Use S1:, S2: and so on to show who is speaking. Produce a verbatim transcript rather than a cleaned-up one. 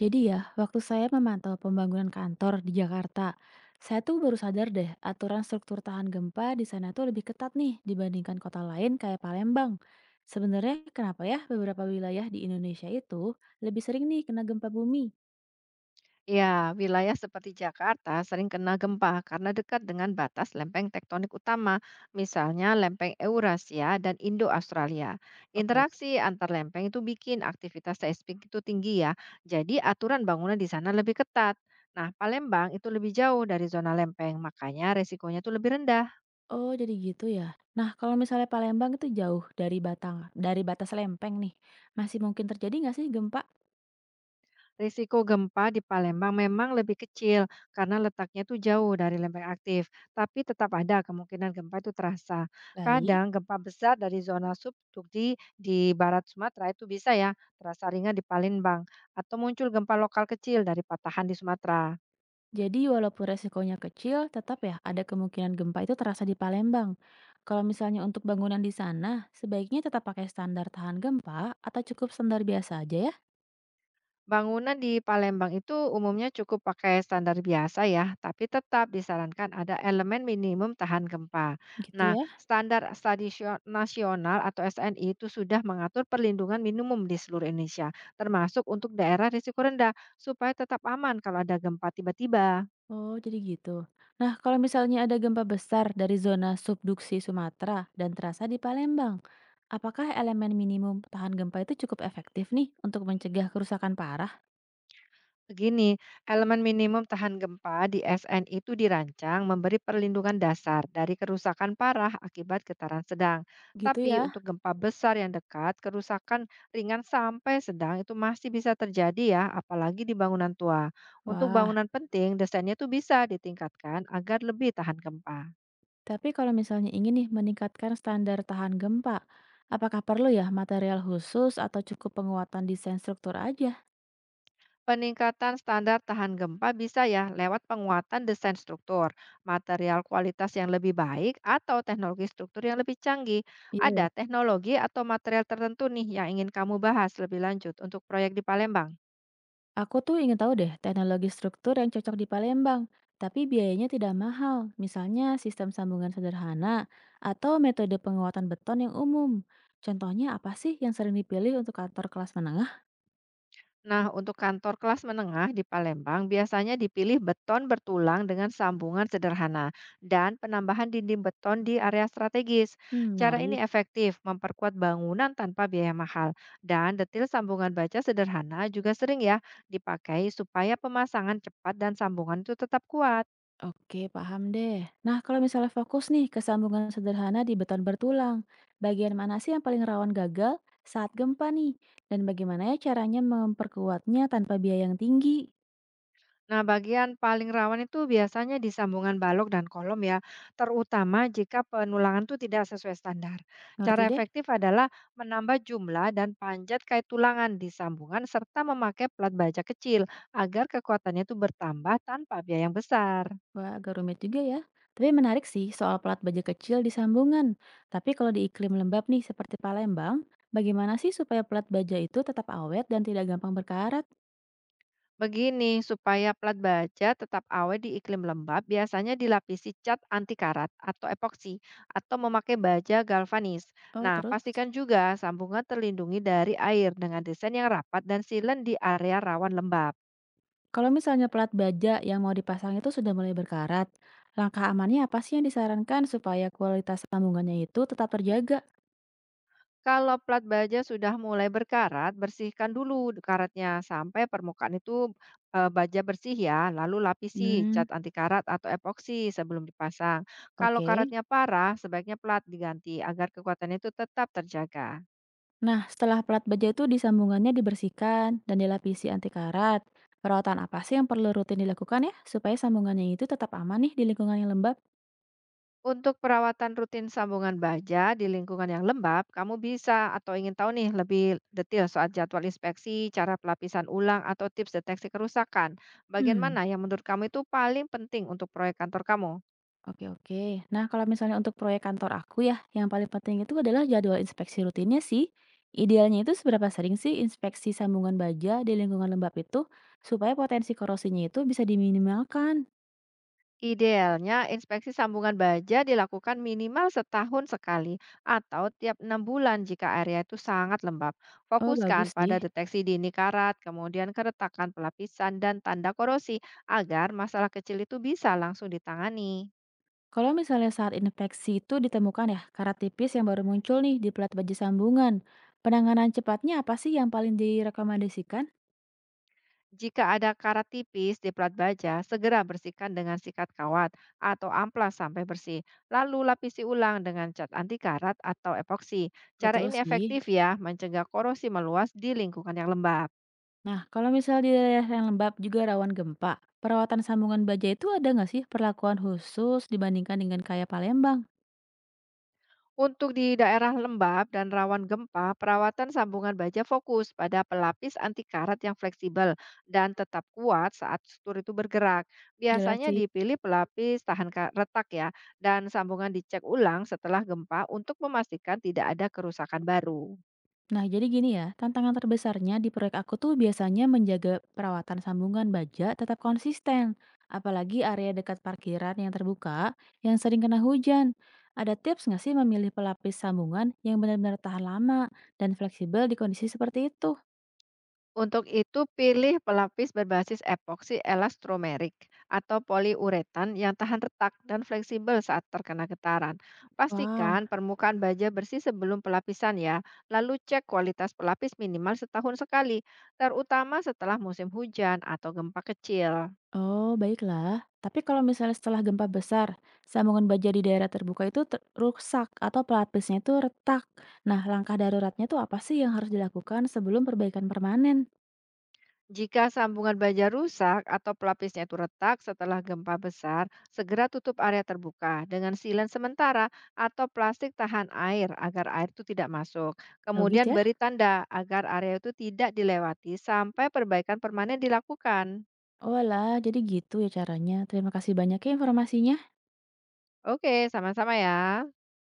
S1: Jadi ya, waktu saya memantau pembangunan kantor di Jakarta, saya tuh baru sadar deh aturan struktur tahan gempa di sana tuh lebih ketat nih dibandingkan kota lain kayak Palembang. Sebenarnya kenapa ya beberapa wilayah di Indonesia itu lebih sering nih kena gempa bumi?
S2: Ya, wilayah seperti Jakarta sering kena gempa karena dekat dengan batas lempeng tektonik utama, misalnya lempeng Eurasia dan Indo-Australia.
S1: Oke.
S2: Interaksi antar lempeng itu bikin aktivitas seismik itu tinggi ya, jadi aturan bangunan di sana lebih ketat. Nah, Palembang itu lebih jauh dari zona lempeng, makanya resikonya itu lebih rendah.
S1: Oh, jadi gitu ya. Nah, kalau misalnya Palembang itu jauh dari Batang, dari batas Lempeng nih, masih mungkin terjadi nggak sih gempa?
S2: Risiko gempa di Palembang memang lebih kecil karena letaknya tuh jauh dari lempeng aktif, tapi tetap ada kemungkinan gempa itu terasa.
S1: Baik.
S2: Kadang gempa besar dari zona subduksi di barat Sumatera itu bisa ya terasa ringan di Palembang atau muncul gempa lokal kecil dari patahan di Sumatera.
S1: Jadi walaupun resikonya kecil, tetap ya ada kemungkinan gempa itu terasa di Palembang. Kalau misalnya untuk bangunan di sana, sebaiknya tetap pakai standar tahan gempa atau cukup standar biasa aja ya,
S2: Bangunan di Palembang itu umumnya cukup pakai standar biasa ya, tapi tetap disarankan ada elemen minimum tahan gempa.
S1: gitu
S2: Nah,
S1: ya.
S2: standar stadisio- nasional atau S N I itu sudah mengatur perlindungan minimum di seluruh Indonesia, termasuk untuk daerah risiko rendah, supaya tetap aman kalau ada gempa tiba-tiba.
S1: Oh, jadi gitu. Nah, kalau misalnya ada gempa besar dari zona subduksi Sumatera dan terasa di Palembang, apakah elemen minimum tahan gempa itu cukup efektif nih untuk mencegah kerusakan parah?
S2: Begini, elemen minimum tahan gempa di S N itu dirancang memberi perlindungan dasar dari kerusakan parah akibat getaran sedang.
S1: Gitu
S2: Tapi
S1: ya.
S2: untuk gempa besar yang dekat, kerusakan ringan sampai sedang itu masih bisa terjadi ya, apalagi di bangunan tua. Untuk
S1: Wah.
S2: bangunan penting, desainnya tuh bisa ditingkatkan agar lebih tahan gempa.
S1: Tapi kalau misalnya ingin nih meningkatkan standar tahan gempa, apakah perlu ya material khusus atau cukup penguatan desain struktur aja?
S2: Peningkatan standar tahan gempa bisa ya lewat penguatan desain struktur, material kualitas yang lebih baik, atau teknologi struktur yang lebih canggih.
S1: Iya ya.
S2: Ada teknologi atau material tertentu nih yang ingin kamu bahas lebih lanjut untuk proyek di Palembang.
S1: Aku tuh ingin tahu deh teknologi struktur yang cocok di Palembang, tapi biayanya tidak mahal. Misalnya sistem sambungan sederhana atau metode penguatan beton yang umum. Contohnya apa sih yang sering dipilih untuk kantor kelas menengah?
S2: Nah, untuk kantor kelas menengah di Palembang biasanya dipilih beton bertulang dengan sambungan sederhana dan penambahan dinding beton di area strategis.
S1: Hmm,
S2: Cara ini
S1: menarik.
S2: efektif memperkuat bangunan tanpa biaya mahal dan detail sambungan baja sederhana juga sering ya dipakai supaya pemasangan cepat dan sambungan itu tetap kuat.
S1: Oke, paham deh. Nah, kalau misalnya fokus nih ke sambungan sederhana di beton bertulang, bagian mana sih yang paling rawan gagal saat gempa nih? Dan bagaimana ya caranya memperkuatnya tanpa biaya yang tinggi?
S2: Nah, bagian paling rawan itu biasanya di sambungan balok dan kolom ya, terutama jika penulangan itu tidak sesuai standar. Cara
S1: Ngerti deh,
S2: efektif adalah menambah jumlah dan panjat kait tulangan di sambungan serta memakai plat baja kecil agar kekuatannya itu bertambah tanpa biaya yang besar.
S1: wah agak rumit juga ya. Tapi menarik sih soal pelat baja kecil di sambungan. Tapi kalau di iklim lembab nih seperti Palembang, bagaimana sih supaya pelat baja itu tetap awet dan tidak gampang berkarat?
S2: Begini, supaya plat baja tetap awet di iklim lembab, biasanya dilapisi cat anti karat atau epoksi atau memakai baja galvanis.
S1: Oh,
S2: Nah,
S1: terus?
S2: pastikan juga sambungan terlindungi dari air dengan desain yang rapat dan silen di area rawan lembab.
S1: Kalau misalnya pelat baja yang mau dipasang itu sudah mulai berkarat, langkah amannya apa sih yang disarankan supaya kualitas sambungannya itu tetap terjaga?
S2: Kalau plat baja sudah mulai berkarat, bersihkan dulu karatnya sampai permukaan itu eh, baja bersih ya. Lalu lapisi cat
S1: Hmm,
S2: anti karat atau epoksi sebelum dipasang. Kalau
S1: oke.
S2: karatnya parah, sebaiknya plat diganti agar kekuatannya itu tetap terjaga.
S1: Nah, setelah pelat baja itu disambungannya dibersihkan dan dilapisi anti karat, perawatan apa sih yang perlu rutin dilakukan ya supaya sambungannya itu tetap aman nih di lingkungan yang lembab?
S2: Untuk perawatan rutin sambungan baja di lingkungan yang lembab, kamu bisa atau ingin tahu nih lebih detail soal jadwal inspeksi, cara pelapisan ulang, atau tips deteksi kerusakan. Bagian
S1: Hmm.
S2: mana yang menurut kamu itu paling penting untuk proyek kantor kamu?
S1: Oke oke. Nah, kalau misalnya untuk proyek kantor aku ya, yang paling penting itu adalah jadwal inspeksi rutinnya sih. Idealnya itu seberapa sering sih inspeksi sambungan baja di lingkungan lembab itu supaya potensi korosinya itu bisa diminimalkan.
S2: Idealnya, inspeksi sambungan baja dilakukan minimal setahun sekali atau tiap enam bulan jika area itu sangat lembab.
S1: Oh,
S2: Fokuskan
S1: bagus
S2: pada
S1: sih.
S2: deteksi dini karat, kemudian keretakan pelapisan dan tanda korosi agar masalah kecil itu bisa langsung ditangani.
S1: Kalau misalnya saat inspeksi itu ditemukan ya karat tipis yang baru muncul nih di pelat baja sambungan, penanganan cepatnya apa sih yang paling direkomendasikan?
S2: Jika ada karat tipis di plat baja, segera bersihkan dengan sikat kawat atau amplas sampai bersih. Lalu lapisi ulang dengan cat anti karat atau epoksi. Cara
S1: Betul
S2: ini
S1: sih.
S2: efektif ya, mencegah korosi meluas di lingkungan yang lembab.
S1: Nah, kalau misal di daerah yang lembab juga rawan gempa, perawatan sambungan baja itu ada nggak sih perlakuan khusus dibandingkan dengan kayak Palembang?
S2: Untuk di daerah lembab dan rawan gempa, perawatan sambungan baja fokus pada pelapis anti karat yang fleksibel dan tetap kuat saat struktur itu bergerak.
S1: Jelas
S2: Biasanya
S1: sih.
S2: dipilih pelapis tahan ka- retak ya, dan sambungan dicek ulang setelah gempa untuk memastikan tidak ada kerusakan baru.
S1: Nah, jadi gini ya, tantangan terbesarnya di proyek aku tuh biasanya menjaga perawatan sambungan baja tetap konsisten, apalagi area dekat parkiran yang terbuka yang sering kena hujan. Ada tips nggak sih memilih pelapis sambungan yang benar-benar tahan lama dan fleksibel di kondisi seperti itu?
S2: Untuk itu, pilih pelapis berbasis epoksi elastomerik atau poliuretan yang tahan retak dan fleksibel saat terkena getaran.
S1: Wow.
S2: Pastikan permukaan baja bersih sebelum pelapisan ya, lalu cek kualitas pelapis minimal setahun sekali, terutama setelah musim hujan atau gempa kecil.
S1: Oh, baiklah. Tapi kalau misalnya setelah gempa besar, sambungan baja di daerah terbuka itu ter- rusak atau pelapisnya itu retak. Nah, langkah daruratnya tuh apa sih yang harus dilakukan sebelum perbaikan permanen?
S2: Jika sambungan baja rusak atau pelapisnya itu retak setelah gempa besar, segera tutup area terbuka dengan silen sementara atau plastik tahan air agar air itu tidak masuk.
S1: Logis
S2: Kemudian
S1: ya?
S2: beri tanda agar area itu tidak dilewati sampai perbaikan permanen dilakukan.
S1: Oh lah, jadi gitu ya caranya. Terima kasih banyak ya informasinya.
S2: Oke, sama-sama ya.